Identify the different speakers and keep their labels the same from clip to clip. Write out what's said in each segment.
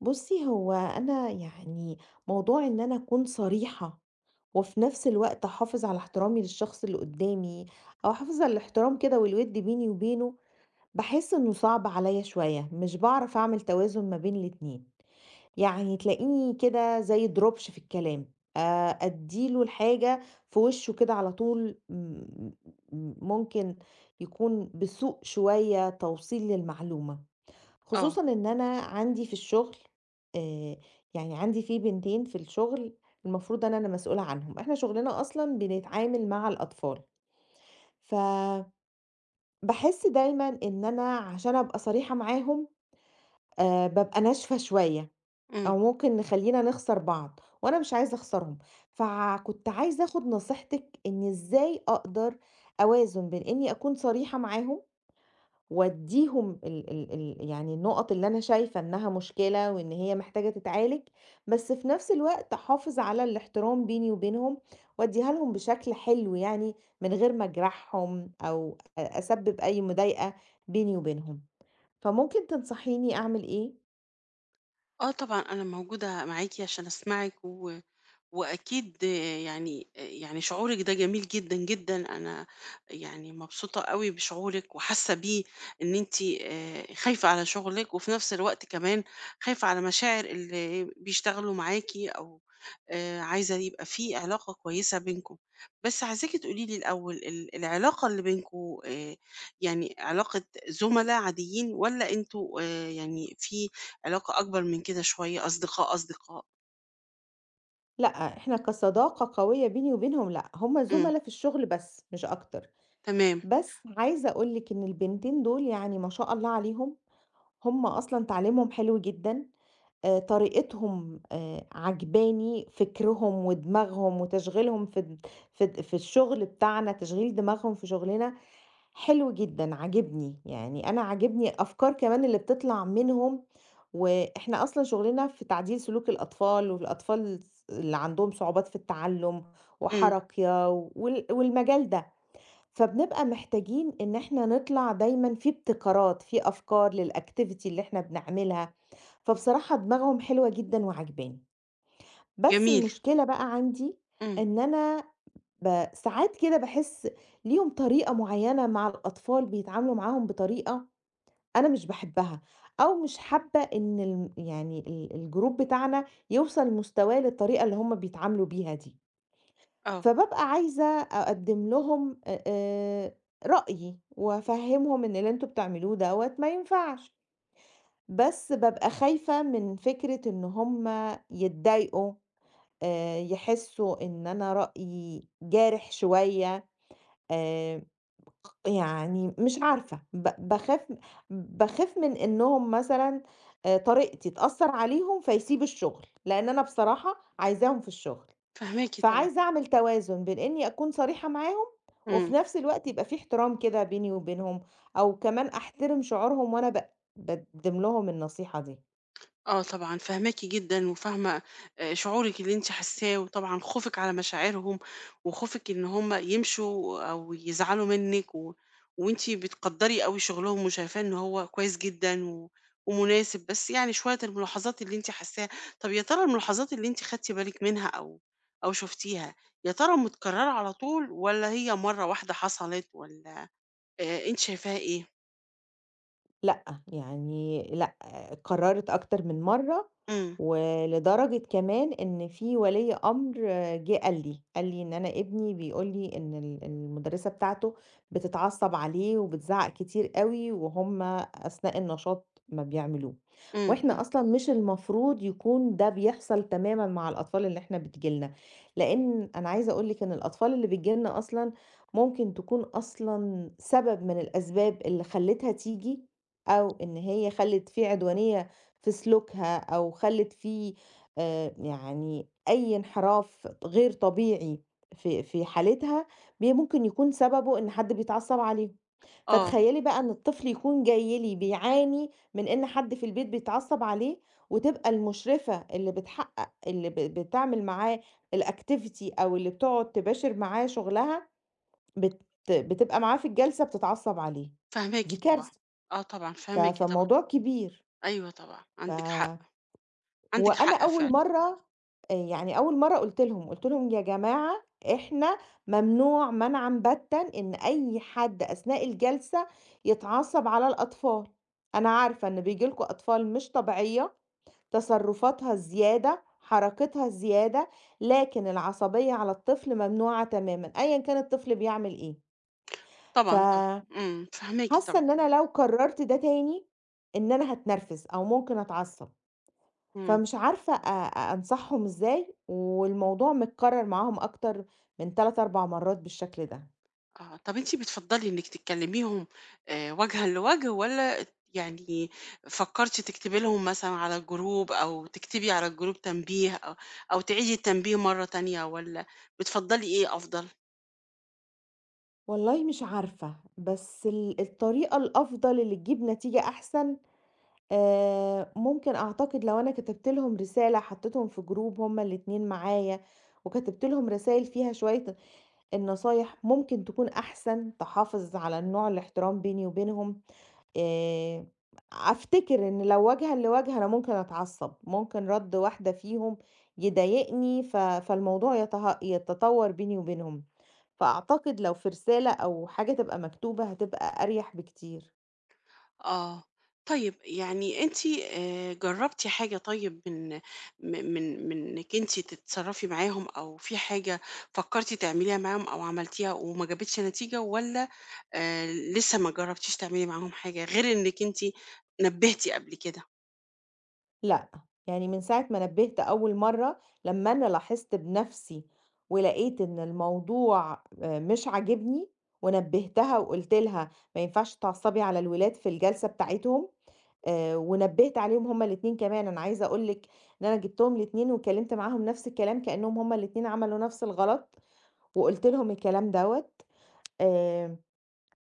Speaker 1: بُصّي، هو أنا يعني موضوع إن أنا أكون صريحة وفي نفس الوقت أحافظ على احترامي للشخص اللي قدّامي أو أحافظ على الاحترام كده والوِد بيني وبينه، باحس إنه صعب عليّا شوية، مش باعرف أعمل توازن ما بين الاتنين. يعني تلاقيني كده زي دروبش في الكلام، أدّي له الحاجة في وشه كده على طول م م ممكن يكون بسوء شوية توصيل للمعلومة.
Speaker 2: آه،
Speaker 1: خصوصًا إن أنا عندي في الشغل آآ، يعني عندي في بنتين في الشغل المفروض أنا اللي مسؤولة عنهم، إحنا شغلنا أصلًا بنتعامل مع الأطفال، فباحس دايمًا إن أنا عشان أبقى صريحة معاهم، بابقى ناشفة شوية
Speaker 2: إمم،
Speaker 1: أو ممكن نخلّينا نخسر بعض، وأنا مش عايزة أخسرهم، فكنت عايزة آخد نصيحتِك إن إزاي أقدر أوازن بين إني أكون صريحة معاهم وادّيهم ال ال ال يعني النُقط اللي أنا شايفة إنها مشكلة وإن هي محتاجة تتعالج، بس في نفس الوقت أحافظ على الاحترام بيني وبينهم، وأدّيها لهم بشكل حلو يعني من غير ما أجرحهم أو أسبب أي مضايقة بيني وبينهم. فممكن تنصحيني أعمل إيه؟
Speaker 2: آه طبعًا أنا موجودة معاكِ عشان أسمعِك و وأكيد يعني شعورِك ده جميل جدًا، جدًا، أنا يعني مبسوطة أوي بشعورِك وحاسة بيه إن أنتِ خايفة على شغلِك وفي نفس الوقت كمان خايفة على مشاعر اللي بيشتغلوا معاكِ أو عايزة يبقى في علاقة كويسة بينكم. بس عايزاكِ تقولي لي الأول العلاقة اللي بينكم يعني علاقة زملاء عاديين والّا أنتم يعني في علاقة أكبر من كده شوية أصدقاء، أصدقاء؟
Speaker 1: لأ، إحنا كصداقة قوية بيني وبينهم لأ، هُم
Speaker 2: إمم،
Speaker 1: زُملا في الشغل بس مش أكتر.
Speaker 2: تمام،
Speaker 1: بس عايزة أقول لِك إن البنتين دول يعني ما شاء الله عليهم، هُم أصلًا تعليمهم حلو جدًا، طريقتهم عاجباني، فكرهم ودماغهم وتشغيلهم في الشغل بتاعنا، تشغيل دماغهم في شغلنا حلو جدًا، عاجبني، يعني أنا عاجبني الأفكار كمان اللي بتطلع منهم، وإحنا أصلًا شغلنا في تعديل سلوك الأطفال، والأطفال اللي عندهم صعوبات في التعلُّم
Speaker 2: إمم.
Speaker 1: وحركية والمجال ده، فبنبقى محتاجين إن إحنا نطلع دايمًا في ابتكارات، في أفكار للactivity اللي إحنا بنعملها، فبصراحة دماغهم حلوة جدًا وعاجباني، بس
Speaker 2: جميل،
Speaker 1: المشكلة بقى عندي
Speaker 2: إمم،
Speaker 1: إن أنا ساعات كده باحس ليهم طريقة معيّنة مع الأطفال بيتعاملوا معاهم بطريقة أنا مش باحبها، أو مش حابة إن يعني الجروب بتاعنا يوصل مستواه للطريقة اللي هُم بيتعاملوا بيها دي،
Speaker 2: آه،
Speaker 1: فبابقى عايزة أقدّم لهم أ رأيي وأفهّمهم إن اللي أنتم بتعملوه دوّة ما ينفعش. بس بابقى خايفة من فكرة إن هم يتضايقوا، يحسّوا إن أنا رأيي جارح شوية، آآ يعني مش عارفة، ب باخاف باخاف من إنّهم مثلًا طريقتي تأثّر عليهم فيسيبوا الشغل، لإن أنا بصراحة عايزاهم في الشغل،
Speaker 2: فاهماكِ طبعًا،
Speaker 1: فعايزة أعمل توازن بين إنّي أكون صريحة معاهم،
Speaker 2: إمم،
Speaker 1: وفي نفس الوقت يبقى في احترام كده بيني وبينهم، أو كمان أحترم شعورهم وأنا باقدّم لهم النصيحة دي.
Speaker 2: آه طبعًا، فاهماكِ جدًا وفاهمة شعورِك اللي أنتِ حاساه، وطبعًا خوفِك على مشاعرهم، وخوفِك إن هم يمشوا أو يزعلوا منِك، و وأنتِ بتقدّري أوي شغلهم وشايفاه إن هو كويس جدًا و ومناسب، بس يعني شوية الملاحظات اللي أنتِ حاساها، طَب يا ترى الملاحظات اللي أنتِ خدتِ بالِك منها أو شُفتيها، يا ترى متكررة على طول والّا هي مرّة واحدة حصلت والّا أنتِ شايفاها إيه؟
Speaker 1: لأ، يعني لأ، قرّرِت أكتر من مرّة،
Speaker 2: إمم،
Speaker 1: ولدرجة كمان إن في ولي أمر جِه قال لي، إن أنا ابني بيقول لي إن المُدرّسة بتاعته بتتعصّب عليه وبتزعّق كتير أوي وهُم أثناء النشاط ما بيعملوه،
Speaker 2: إمم.
Speaker 1: وإحنا أصلًا مش المفروض يكون ده بيحصل تمامًا مع الأطفال اللي إحنا بتيجي لنا، لإن أنا عايزة أقول لِك إن الأطفال اللي بتيجي لنا أصلًا ممكن تكون أصلًا سبب من الأسباب اللي خلّتها تيجي أو إن هي خلّت في عدوانية في سلوكها أو خلّت في يعني أي انحراف غير طبيعي في حالتها، ممكن يكون سببه إن حد بيتعصّب عليهم.
Speaker 2: آه،
Speaker 1: فتخيّلي بقى إن الطفل يكون جاي لي بيعاني من إن حد في البيت بيتعصّب عليه وتبقى المُشرفة اللي بتحقق اللي بتعمل معاه الactivity أو اللي بتقعد تباشر معاه شُغلها، بت بتبقى معاه في الجلسة بتتعصّب عليه،
Speaker 2: فاهماكِ
Speaker 1: دي
Speaker 2: طبعًا،
Speaker 1: كارثة.
Speaker 2: آه طبعًا، فاهماكِ طبعًا،
Speaker 1: فالموضوع كبير،
Speaker 2: أيوه طبعًا، عندِك حق،
Speaker 1: ف
Speaker 2: عندِك
Speaker 1: وأنا
Speaker 2: حق
Speaker 1: أول
Speaker 2: فعلًا،
Speaker 1: مرّة يعني أول مرّة قُلت لهم، "يا جماعة إحنا ممنوع منعًا باتًا إن أي حد أثناء الجلسة يتعصّب على الأطفال، أنا عارفة إن بييجي لكم أطفال مش طبيعية، تصرُّفاتها الزيادة، حركتها الزيادة، لكن العصبية على الطفل ممنوعة تمامًا، أيًا كان الطفل بيعمل إيه." ف
Speaker 2: طبعًا، طبعًا، إمم، فاهماكِ
Speaker 1: حاسة
Speaker 2: طبعًا،
Speaker 1: إن أنا لو كرّرت ده تاني، إن أنا هاتنرفز أو ممكن أتعصّب.
Speaker 2: إمم،
Speaker 1: فمش عارفة أنصحهم إزاي، والموضوع متكرر معاهم أكتر من 3، 4 مرات بالشكل ده.
Speaker 2: آه، طب أنتِ بتفضّلي إنِّك تكلميهم وجهًا لوجه والّا يعني فكّرتِ تكتبي لهم مثلًا على الجروب أو تكتبي على الجروب تنبيه أو تعيدي التنبيه مرّة تانية والّا بتفضّلي إيه أفضل؟
Speaker 1: والله مش عارفة، بس الطريقة الأفضل اللي تجيب نتيجة أحسن، ممكن أعتقد لو أنا كتبت لهم رسالة حطيتهم في group هُم الاتنين معايا، وكتبت لهم رسايل فيها شوية النصايح، ممكن تكون أحسن تحافظ على النوع الاحترام بيني وبينهم. آآ أفتكر إن لو وجهًا لوجه أنا ممكن أتعصب، ممكن رَد واحدة فيهم يضايقني فالموضوع يتطور بيني وبينهم، فأعتقد لو في رسالة أو حاجة تبقى مكتوبة هتبقى أريح بكتير.
Speaker 2: آه، طيب يعني أنتِ جربتِ حاجة طيب من م من من إنِك أنتِ تتصرفي معاهم، أو في حاجة فكرتِ تعمليها معاهم أو عملتيها وما جابتش نتيجة، والّا آآ، لسه ما جربتيش تعملي معاهم حاجة غير إنِك أنتِ نبهتِ قبل كده؟
Speaker 1: لأ، يعني من ساعة ما نبهت أول مرة لمّا أنا لاحظت بنفسي ولقيت إن الموضوع مش عاجبني ونبهتها وقُلت لها ما ينفعش تعصبي على الولاد في الجلسة بتاعتهم ونبّهت عليهم هُم الاتنين كمان، أنا عايزة أقول لِك إن أنا جِبتهم الاتنين واتكلّمت معاهم نفس الكلام كإنّهم هُم الاتنين عملوا نفس الغلط، وقُلت لهم الكلام دوّة، آآ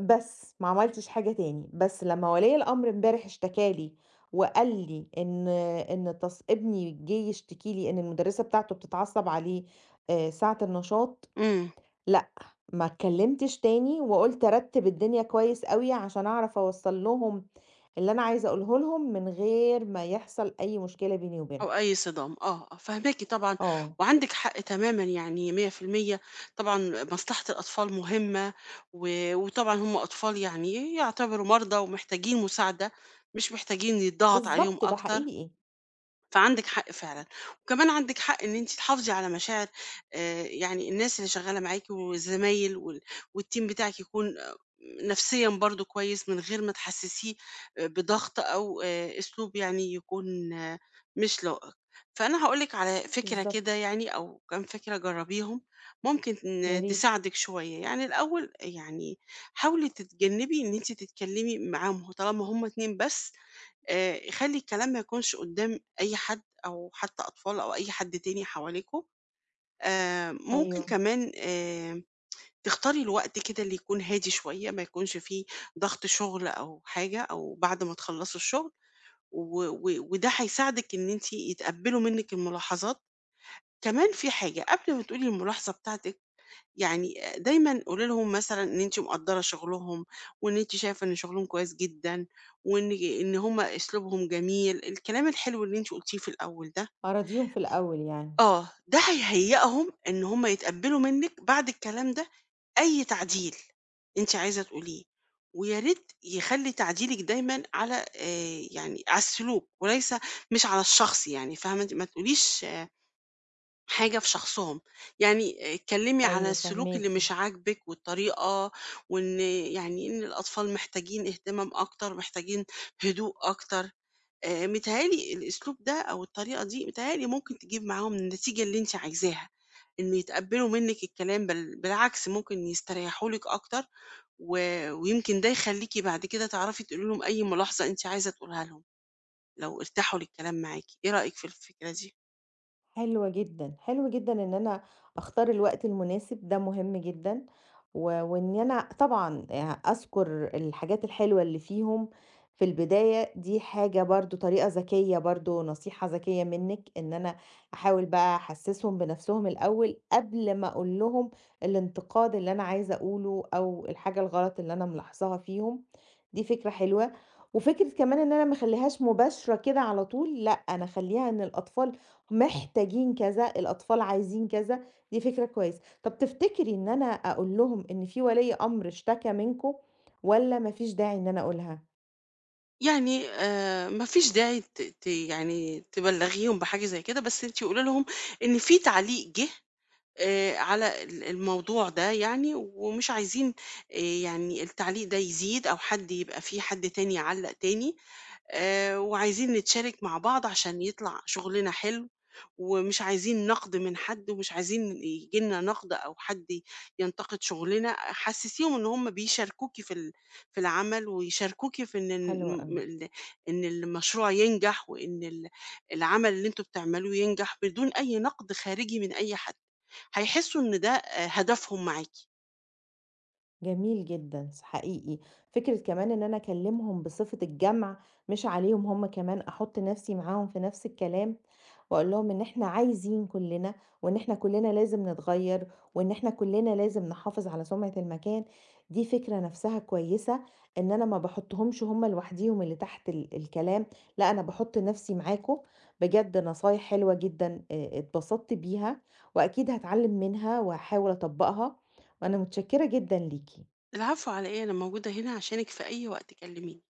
Speaker 1: بس ما عملتش حاجة تاني، بس لمّا ولي الأمر امبارح اشتكى لي وقال لي إن إن تص ابني جِه يشتكي لي إن المُدرّسة بتاعته بتتعصّب عليه ساعة النشاط،
Speaker 2: إمم.
Speaker 1: لأ، ما اتكلّمتش تاني وقُلت أرتّب الدنيا كويس أوي عشان أعرف أوصّل لهم اللي أنا عايزة أقوله لهم من غير ما يحصل أي مشكلة بيني
Speaker 2: أو
Speaker 1: وبينهم.
Speaker 2: أي صدام، آه، آه، فاهماكِ طبعًا،
Speaker 1: آه،
Speaker 2: وعندِك حق تمامًا يعني 100% طبعًا مصلحة الأطفال مهمة، و وطبعًا هم أطفال يعني يعتبروا مرضى ومحتاجين مساعدة، مش محتاجين يتضغط عليهم
Speaker 1: بالضبط ده
Speaker 2: أكتر،
Speaker 1: حقيقي،
Speaker 2: فعندِك حق فعلًا، وكمان عندِك حق إن أنتِ تحافظي على مشاعر يعني الناس اللي شغالة معاكِ والزمايل والteam بتاعِك يكون نفسيًا برضه كويس من غير ما تحسسيه بضغط أو أسلوب يعني يكون مش لائق. فأنا هاقول لِك على فكرة كده
Speaker 1: بالضبط،
Speaker 2: يعني أو كام فكرة جربيهم ممكن
Speaker 1: يا
Speaker 2: إن
Speaker 1: ريت،
Speaker 2: تساعدِك شوية. يعني الأول يعني حاولي تتجنبي إن أنتِ تتكلمي معاهم طالما هُم 2 بس خلّي الكلام ما يكونش قدّام أي حد أو حتى أطفال أو أي حد تاني حواليكم، ممكن
Speaker 1: أيوه،
Speaker 2: كمان تختاري الوقت كده اللي يكون هادي شوية، ما يكونش فيه ضغط شغل أو حاجة أو بعد ما تخلّصوا الشغل، و و وده هيساعدِك إن أنتِ يتقبّلوا منِّك الملاحظات. كمان في حاجة، قبل ما تقولي الملاحظة بتاعتِك يعني دايمًا قولي لهم مثلًا إن أنتِ مقدّرة شغلهم، وإن أنتِ شايفة إن شغلهم كويس جدًا، وإن هم أسلوبهم جميل، الكلام الحلو اللي أنتِ قلتيه في الأول ده.
Speaker 1: أراضيهم في الأول يعني،
Speaker 2: آه، ده هيهيّئهم إن هم يتقبّلوا منِّك بعد الكلام ده أي تعديل أنتِ عايزة تقوليه، ويا ريت يخلّي تعديلِك دايمًا على يعني على السلوك وليس مش على الشخص يعني، فاهمة أنتِ؟ ما تقوليش حاجة في شخصهم، يعني اتكلمي على
Speaker 1: أيوه
Speaker 2: السلوك اللي
Speaker 1: فاهماكِ.
Speaker 2: مش عاجبِك والطريقة، وإن يعني إن الأطفال محتاجين اهتمام أكتر، محتاجين هدوء أكتر، متهيأ لي الأسلوب ده أو الطريقة دي متهيأ لي ممكن تجيب معاهم النتيجة اللي أنتِ عايزاها، إن يتقبلوا منِّك الكلام بل بالعكس ممكن يستريحوا لِك أكتر، و ويمكن ده يخليكِ بعد كده تعرفي تقولي لهم أي ملاحظة أنتِ عايزة تقولها لهم، لو ارتاحوا للكلام معاكِ، إيه رأيك في الفكرة دي؟
Speaker 1: حلو جدًا، حلو جدًا إن أنا أختار الوقت المناسب ده مهم جدًا، وإن أنا طبعًا أذكر الحاجات الحلوة اللي فيهم في البداية دي حاجة برضه طريقة ذكية برضه نصيحة ذكية منِّك، إن أنا أحاول بقى أحسّسهم بنَفْسهم الأول قبل ما أقول لهم الانتقاد اللي أنا عايزة أقوله أو الحاجة الغلط اللي أنا ملاحظاها فيهم، دي فكرة حلوة، وفكرة كمان إن أنا ما أخلّيهاش مباشرة كده على طول لأ، أنا أخلّيها إن الأطفال محتاجين كذا، الأطفال عايزين كذا، دي فكرة كويسة. طب تفتكري إن أنا أقول لهم إن في ولي أمر اشتكى منكم والّا ما فيش داعي إن أنا أقولها؟
Speaker 2: يعني ما فيش داعي ت ت يعني تبلّغيهم بحاجة زي كده، بس أنتِ قولي لهم إن في تعليق جِه على الموضوع ده يعني ومش عايزين آآ يعني التعليق ده يزيد أو حد يبقى في حد تاني يعلّق تاني، وعايزين نتشارك مع بعض عشان يطلع شغلنا حلو، ومش عايزين نقد من حد، ومش عايزين ييجي لنا نقد أو حد ينتقد شغلنا، حسّسيهم إن هم بيشاركوكِ في العمل، ويشاركوكِ في إن
Speaker 1: حلو
Speaker 2: الم
Speaker 1: أوي.
Speaker 2: ال إن المشروع ينجح، وإن ال العمل اللي أنتم بتعملوه ينجح بدون أي نقد خارجي من أي حد، هيحسّوا إن ده هدفهم معاكِ.
Speaker 1: جميل جدًا، حقيقي. فكرة كمان إن أنا أكلمهم بصفة الجمع مش عليهم هم كمان، أحط نفسي معاهم في نفس الكلام وأقول لهم إن إحنا عايزين كلنا وإن إحنا كلنا لازم نتغيّر وإن إحنا كلنا لازم نحافظ على سمعة المكان، دي فكرة نفسها كويسة، إن أنا ما باحطهمش هم لوحديهم اللي تحت الكلام، لأ أنا باحط نفسي معاكم. بجد نصايح حلوة جدًا اتبسطت بيها وأكيد هاتعلم منها وهاحاول أطبّقها وأنا متشكرة جدًا ليكِ.
Speaker 2: العفو على إيه، أنا موجودة هنا عشانِك في أي وقت كلميني.